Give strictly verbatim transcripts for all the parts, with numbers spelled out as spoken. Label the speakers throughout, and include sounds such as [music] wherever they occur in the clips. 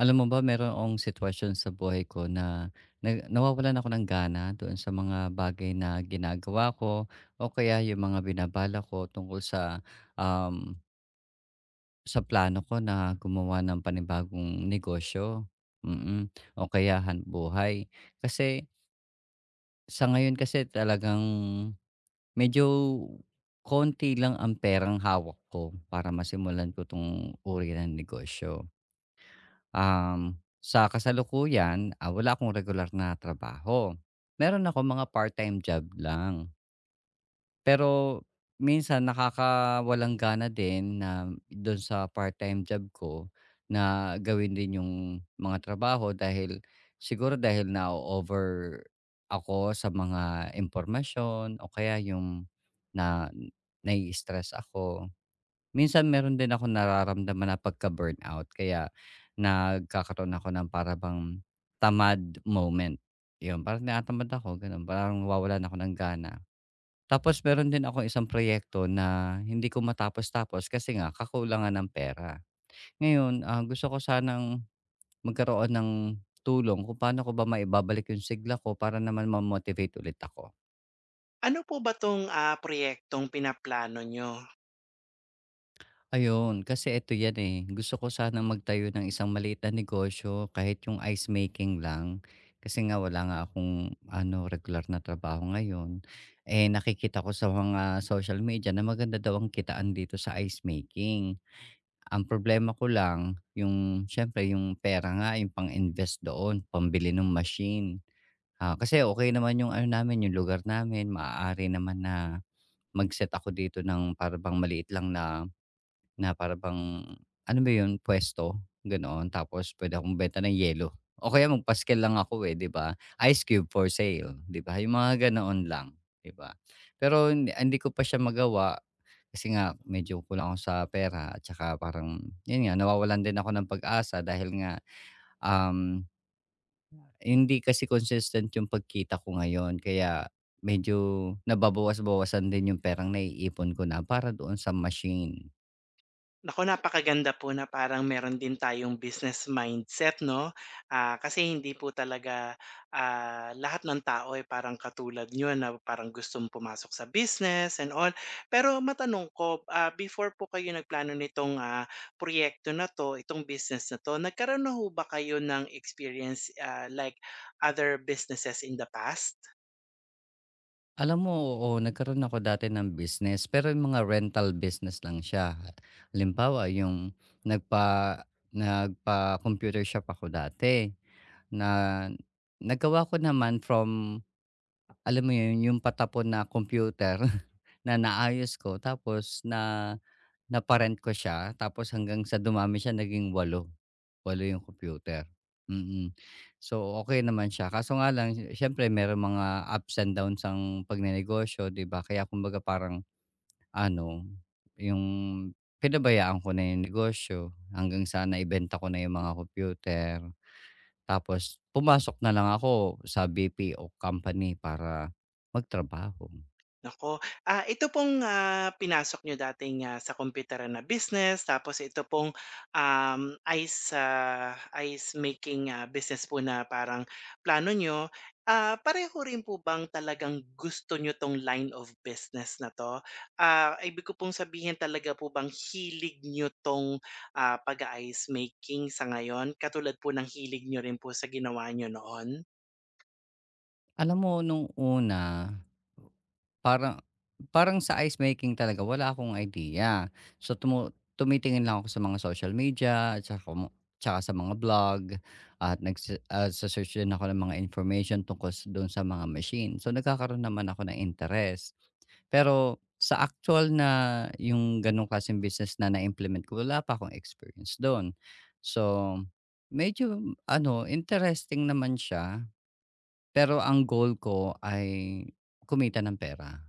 Speaker 1: Alam mo ba meron akong sitwasyon sa buhay ko na nag nawawalan ako ng gana doon sa mga bagay na ginagawa ko o kaya yung mga binabala ko tungkol sa, um, sa plano ko na gumawa ng panibagong negosyo, mm, o kaya hanapbuhay. Kasi sa ngayon kasi talagang medyo konti lang ang perang hawak ko para masimulan ko 'tong uri ng negosyo. Um, sa kasalukuyan, ah, wala akong regular na trabaho. Meron ako mga part-time job lang. Pero minsan nakakawalang gana din na do'n sa part-time job ko na gawin din yung mga trabaho dahil siguro dahil na over ako sa mga impormasyon o kaya yung na nai-stress ako. Minsan meron din ako nararamdaman na pagka-burnout kaya nagkakaroon ako ng para bang tamad moment, 'yun. Parang tinatamad ako gano'n, parang nawawalan ako ng gana. Tapos meron din ako isang proyekto na hindi ko matapos-tapos kasi nga kakulangan ng pera. Ngayon, ah, gusto ko sanang magkaroon ng tulong kung paano ko ba maibabalik 'yung sigla ko para naman ma-motivate ulit ako.
Speaker 2: Ano po ba 'tong, ah, proyektong pinaplano niyo?
Speaker 1: Ayun, kasi eto yan, eh, gusto ko sanang magtayo ng isang maliit na negosyo kahit yung ice making lang. Kasi nga wala nga akong ano, regular na trabaho ngayon. Eh, nakikita ko sa mga social media na maganda daw ang kitaan dito sa ice making. Ang problema ko lang yung siyempre yung pera nga, yung pang-invest doon, pambili ng machine. Ah, kasi okay naman yung ano namin, yung lugar namin, maaari naman na mag-set ako dito ng parang bang maliit lang na na para bang, ano ba yun, puwesto, ganoon. Tapos puwede akong bumenta ng yelo o kaya magpa-scale lang ako, eh, 'di ba? Ice cube for sale, 'di ba? Yung mga ganoon lang, 'di ba? Pero hindi hindi ko pa siya magawa kasi nga medyo kulang ako sa pera at saka parang yun nga, nawawalan din ako ng pag-asa dahil nga, um, hindi kasi consistent yung pagkita ko ngayon kaya medyo nababawas-bawasan din yung perang naiipon ko na para doon sa machine.
Speaker 2: Nako, napakaganda po na parang meron din tayong business mindset, 'no? Ah, kasi hindi po talaga, ah, lahat ng tao ay parang katulad nyo na parang gustong pumasok sa business and all. Pero matanong ko, ah, before po kayo nagplano nitong, ah, proyekto na 'to, itong business na 'to, nagkaroon na ho ba kayo ng experience, ah, like other businesses in the past?
Speaker 1: Alam mo, oo, nagkaroon ako dati ng business, pero yung mga rental business lang siya. Halimbawa, yung nagpa nagpa-computer shop ako dati na nagawa ko naman from alam mo yun, yung patapon na computer [laughs] na naayos ko tapos na napa-rent ko siya tapos hanggang sa dumami siya naging walo. walo yung computer, mm. So, okey naman siya kaso nga lang siyempre merong mga ups and downs ang pagnenegosyo, 'di ba? Kaya kumbaga parang ano, yung pinabayaan ko na yung negosyo hanggang sa naibenta ko na yung mga computer. Tapos pumasok na lang ako sa B P O company para magtrabaho.
Speaker 2: Nako, ah, ito pong, ah, pinasok niyo dating, ah, sa kumpyuteran na business, tapos ito pong, um, ice, ah, ice making, ah, business po na parang plano niyo, ah, pareho rin po bang talagang gusto niyo 'tong line of business na 'to? Ah, ibig ko pong sabihin, talaga po bang hilig niyo 'tong, ah, pag-a-ice making sa ngayon katulad po ng hilig niyo rin po sa ginawa niyo noon?
Speaker 1: Alam mo nung una Parang parang sa ice making talaga wala akong idea. So tumu tumitingin lang ako sa mga social media at saka mo tsaka sa mga vlog at nagse ah, search din ako ng mga information tungkol s sa mga machine. So nagkakaroon naman ako ng interes. Pero sa actual na yung gano'ng klaseng business na na-implement ko, wala pa akong experience do'n. So medyo ano, interesting naman siya, pero ang goal ko ay kumita ng pera.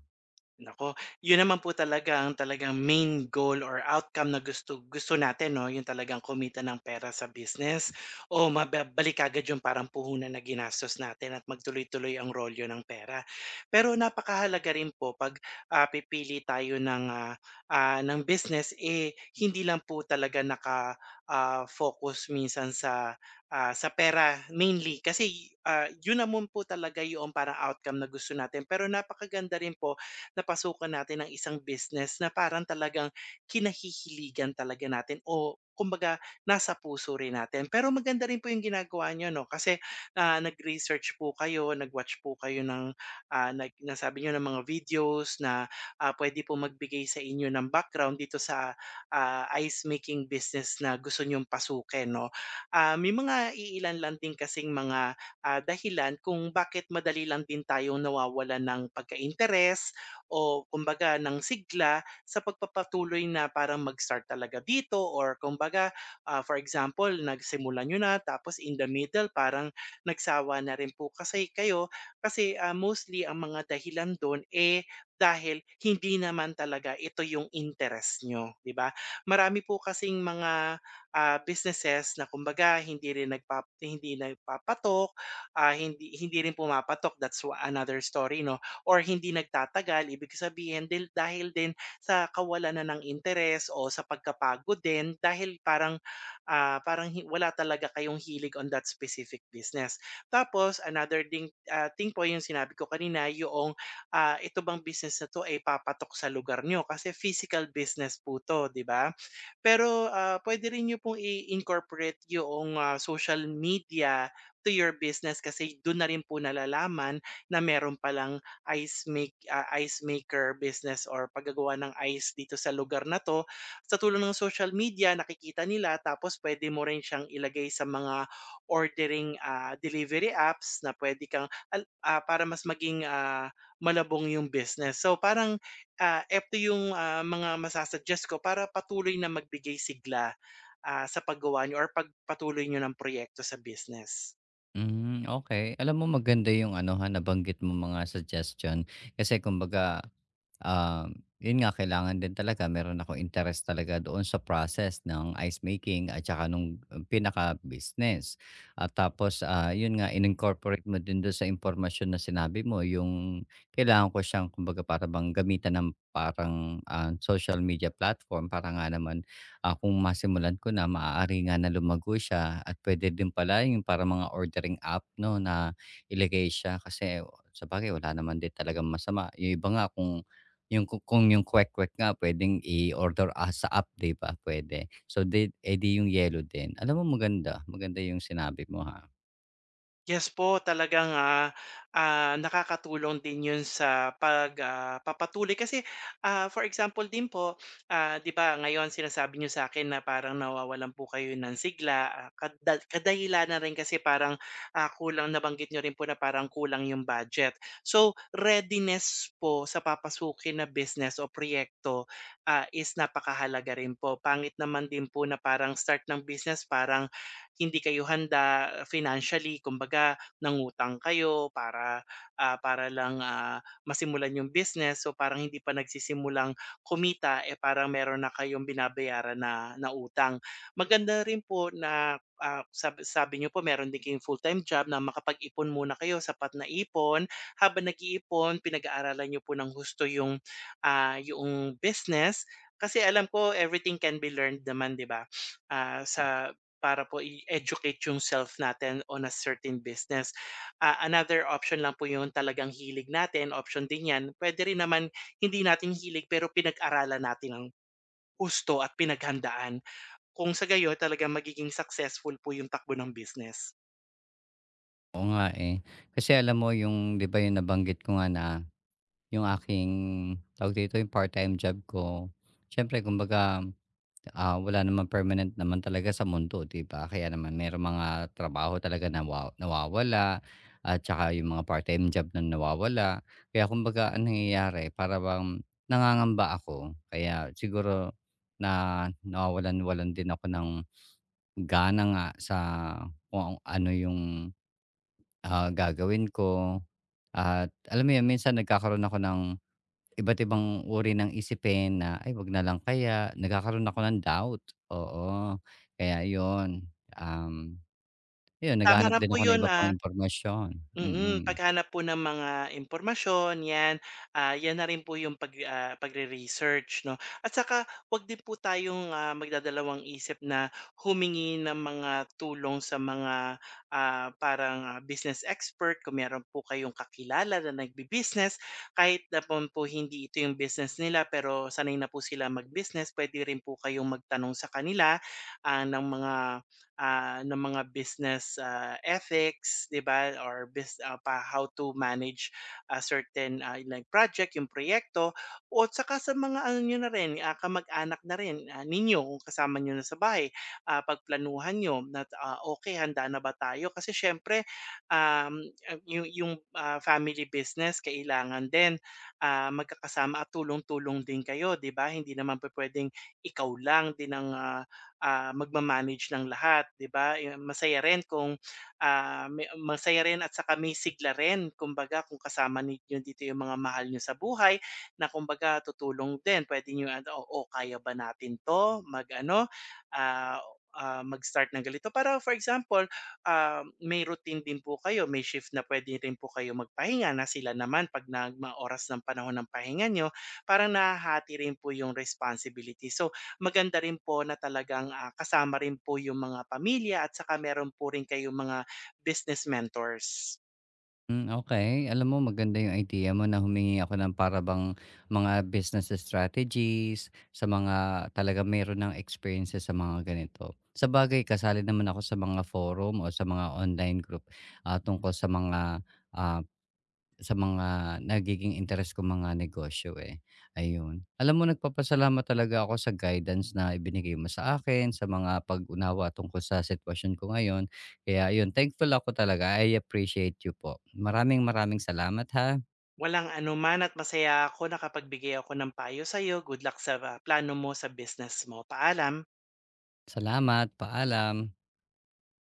Speaker 2: Naku, yun naman po talaga ang talagang main goal or outcome na gusto gusto natin, 'no, yung talagang kumita ng pera sa business o mababalik kaagad yung parang puhunan na ginastos natin at magtuloy-tuloy ang rolyo ng pera. Pero napakahalaga rin po 'pag, ah, pipili tayo ng, ah, ah, ng business, eh, hindi lang po talaga naka, ah, focus minsan sa, ah, sa pera mainly, kasi, ah, yun naman po talaga yung parang outcome na gusto natin. Pero napakaganda rin po napasukan natin ang isang business na parang talagang kinahihiligan talaga natin o kumbaga nasa puso rin natin. Pero maganda rin po yung ginagawa niyo, 'no, kasi, ah, nag-research po kayo, nag-watch po kayo ng, ah, nag nasabi niyo ng mga videos na, ah, puwede po magbigay sa inyo ng background dito sa, ah, ice making business na gusto niyong pasukin, 'no. Ah, may mga iilan lang din kasing mga, ah, dahilan kung bakit madali lang din tayong nawawala ng pagka-interes o kumbaga ng sigla sa pagpapatuloy na parang mag-start talaga dito or kumbaga, ah, for example, nagsimulan niyo na tapos in the middle parang nagsawa na rin po kasi kayo, kasi, ah, mostly ang mga dahilan do'n, eh, dahil hindi naman talaga ito yung interest nyo, 'di ba? Marami po kasing mga, ah, businesses na kumbaga hindi rin nagpap hindi nagpapatok, ah, hindi hindi rin pumapatok, that's wa another story, 'no, or hindi nagtatagal. Ibig sabihin dil dahil din sa kawalan na ng interes o sa pagkapagod din, dahil parang, ah, parang hi wala talaga kayong hilig on that specific business. Tapos another thing, ah, thing po yung sinabi ko kanina, yung ah, ito bang business na 'to ay papatok sa lugar niyo kasi physical business po 'to, 'di ba? Pero, ah, puwede rin niyo pong i-incorporate yung ah, social media to your business, kasi dun na rin po nalalaman na meron palang ice make ah, ice maker business or paggagawa ng ice dito sa lugar na 'to. Sa tulong ng social media nakikita nila, tapos pwede mo rin siyang ilagay sa mga ordering, ah, delivery apps na pwede kang al ah, para mas maging, ah, malabong yung business. So parang, ah, eto yung, ah, mga masa ko para patuloy na magbigay sigla, ah, sa paggawa niyo or pagpatuloy niyo ng proyekto sa business.
Speaker 1: Hmm, okay. Alam mo maganda yung ano, ha, nabanggit mong mga suggestion. Kasi kumbaga Um, yun nga kailangan din talaga meron ako interest talaga doon sa process ng ice making at saka nung um, pinaka-business. At tapos, ah, yun nga in-incorporate mo din doon sa impormasyon na sinabi mo yung kailangan ko siyang kumbaga para bang gamitan ng parang, ah, social media platform para nga naman, ah, kung masimulan ko na maaari nga na lumago siya at pwede din pala yung parang mga ordering app 'no na ilagay siya kasi sa sabagay wala naman din talagang masama. Yung iba nga kung yung ku kung yung kwek-kwek nga puwedeng i-order, ah, sa app, 'di ba, puwede. So, di edi yung yellow din. Alam mo maganda, maganda yung sinabi mo, ha.
Speaker 2: Yes po, talagang, ah, ah, nakakatulong din 'yun sa pag, ah, papatuloy, kasi, ah, for example din po, ah, 'di ba ngayon sinasabi niyo sa akin na parang nawawalan po kayo ng sigla, ah, kada kadahilanan na rin kasi parang, ah, kulang, nabanggit niyo rin po na parang kulang 'yung budget. So, readiness po sa papasukin na business o proyekto, ah, is napakahalaga rin po. Pangit naman din po na parang start ng business parang hindi kayo handa financially, kumbaga nangutang kayo para, ah, para lang, ah, masimulan yung business. So, parang hindi pa nagsisimulang kumita, eh, parang meron na kayong binabayaran na na utang. Maganda rin po na, ah, sabi sabi niyo po meron din kayong full-time job, na makapag-ipon muna kayo, sapat na ipon. Habang nag-iipon, pinag-aaralan niyo po ng husto yung, ah, yoong business. Kasi alam ko everything can be learned naman, 'di ba? Ah, sa para po i-educate yung self natin on a certain business. Ah, another option lang po yun, talagang hilig natin, option din yan. Puwede rin naman hindi natin hilig pero pinag-aralan natin ng gusto at pinaghandaan. Kung sa gayo talagang magiging successful po yung takbo ng business.
Speaker 1: Oo nga, eh. Kasi alam mo yung 'di ba yung nabanggit ko nga na yung aking tawag dito, yung part-time job ko, siyempre kumbaga Ah, wala naman permanent naman talaga sa mundo, 'di ba? Kaya naman merong mga trabaho talaga na wa nawawala at saka yung mga part-time job na nawawala. Kaya kumbaga ang nangyayari para bang nangangamba ako. Kaya siguro na nawawalan-walan din ako ng gana nga sa kung ano yung, ah, gagawin ko at alam mo yun minsan nagkakaroon ako ng iba't ibang uri ng isipin na, "Ay, 'wag na lang kaya." Nagkakaroon ako ng doubt, oo. Kaya 'yun, um, 'yun
Speaker 2: Tama
Speaker 1: naghahanap
Speaker 2: rin
Speaker 1: din
Speaker 2: po
Speaker 1: ako ng
Speaker 2: yun,
Speaker 1: iba
Speaker 2: ah.
Speaker 1: pang impormasyon. Mm-mm.
Speaker 2: Mm,
Speaker 1: Mm.
Speaker 2: paghanap po ng mga impormasyon 'yan, ah, 'yan na rin po yung pag ah, pagre-research, 'no. At saka 'wag din po tayong, ah, magdadalawang isip na humingi ng mga tulong sa mga, ah, parang, ah, business expert kung meron po kayong kakilala na nagbi-business. Kahit na po po hindi ito yung business nila, pero sanay na po sila mag-business, puwede rin po kayong magtanong sa kanila, ah, ng mga ah, ng mga business, ah, ethics, 'di ba, or bus ah, pa how to manage a certain, ah, like project, yung proyekto, o tsaka sa mga ano niyo na rin, ah, kamag-anak na rin, ah, ninyo, kung kasama niyo na sa bahay, ah, pagplanuhan niyo na, ah, okey handa na ba tayo? Kasi siyempre, um, ah, yung yung, ah, family business kailangan din, ah, magkakasama at tulong-tulong din kayo, 'di ba? Hindi naman pupuwedeng ikaw lang din ang, ah ah, magma ng lahat, 'di ba? Eh, masaya rin kung, ah, may masaya rin at saka may sigla rin kumbaga kung kasama ninyo dito yung mga mahal niyo sa buhay na kumbaga tutulong din. Puwede niyo ano, "Oo, kaya ba natin 'to?" Mag-ano, ah, ah, Mag-start ng ganito. Para for example, ah, may routine din po kayo, may shift na puwede rin po kayo magpahinga, na sila naman 'pag nagma-oras ng panahon ng pahinga niyo, parang nahahati rin po yung responsibility. So, maganda rin po na talagang, ah, kasama rin po yung mga pamilya at saka meron po rin kayong mga business mentors.
Speaker 1: Hmm, okey. Alam mo maganda yung idea mo na humingi ako ng para bang mga business strategies sa mga talaga mayroon ng experiences sa mga ganito. Sa bagay kasali naman ako sa mga forum o sa mga online group, ah, tungkol sa mga, ah Sa mga nagiging interes ko mga negosyo, eh, ayun. Alam mo nagpapasalamat talaga ako sa guidance na ibinigay mo sa akin, sa mga pag-unawa tungkol sa sitwasyon ko ngayon. Kaya ayun, thankful ako talaga. I appreciate you po. Maraming maraming salamat, ha.
Speaker 2: Walang anuman, at masaya ako nakapagbigay ako ng payo sa iyo. Good luck sa, ah, plano mo sa business mo. Paalam.
Speaker 1: Salamat, paalam.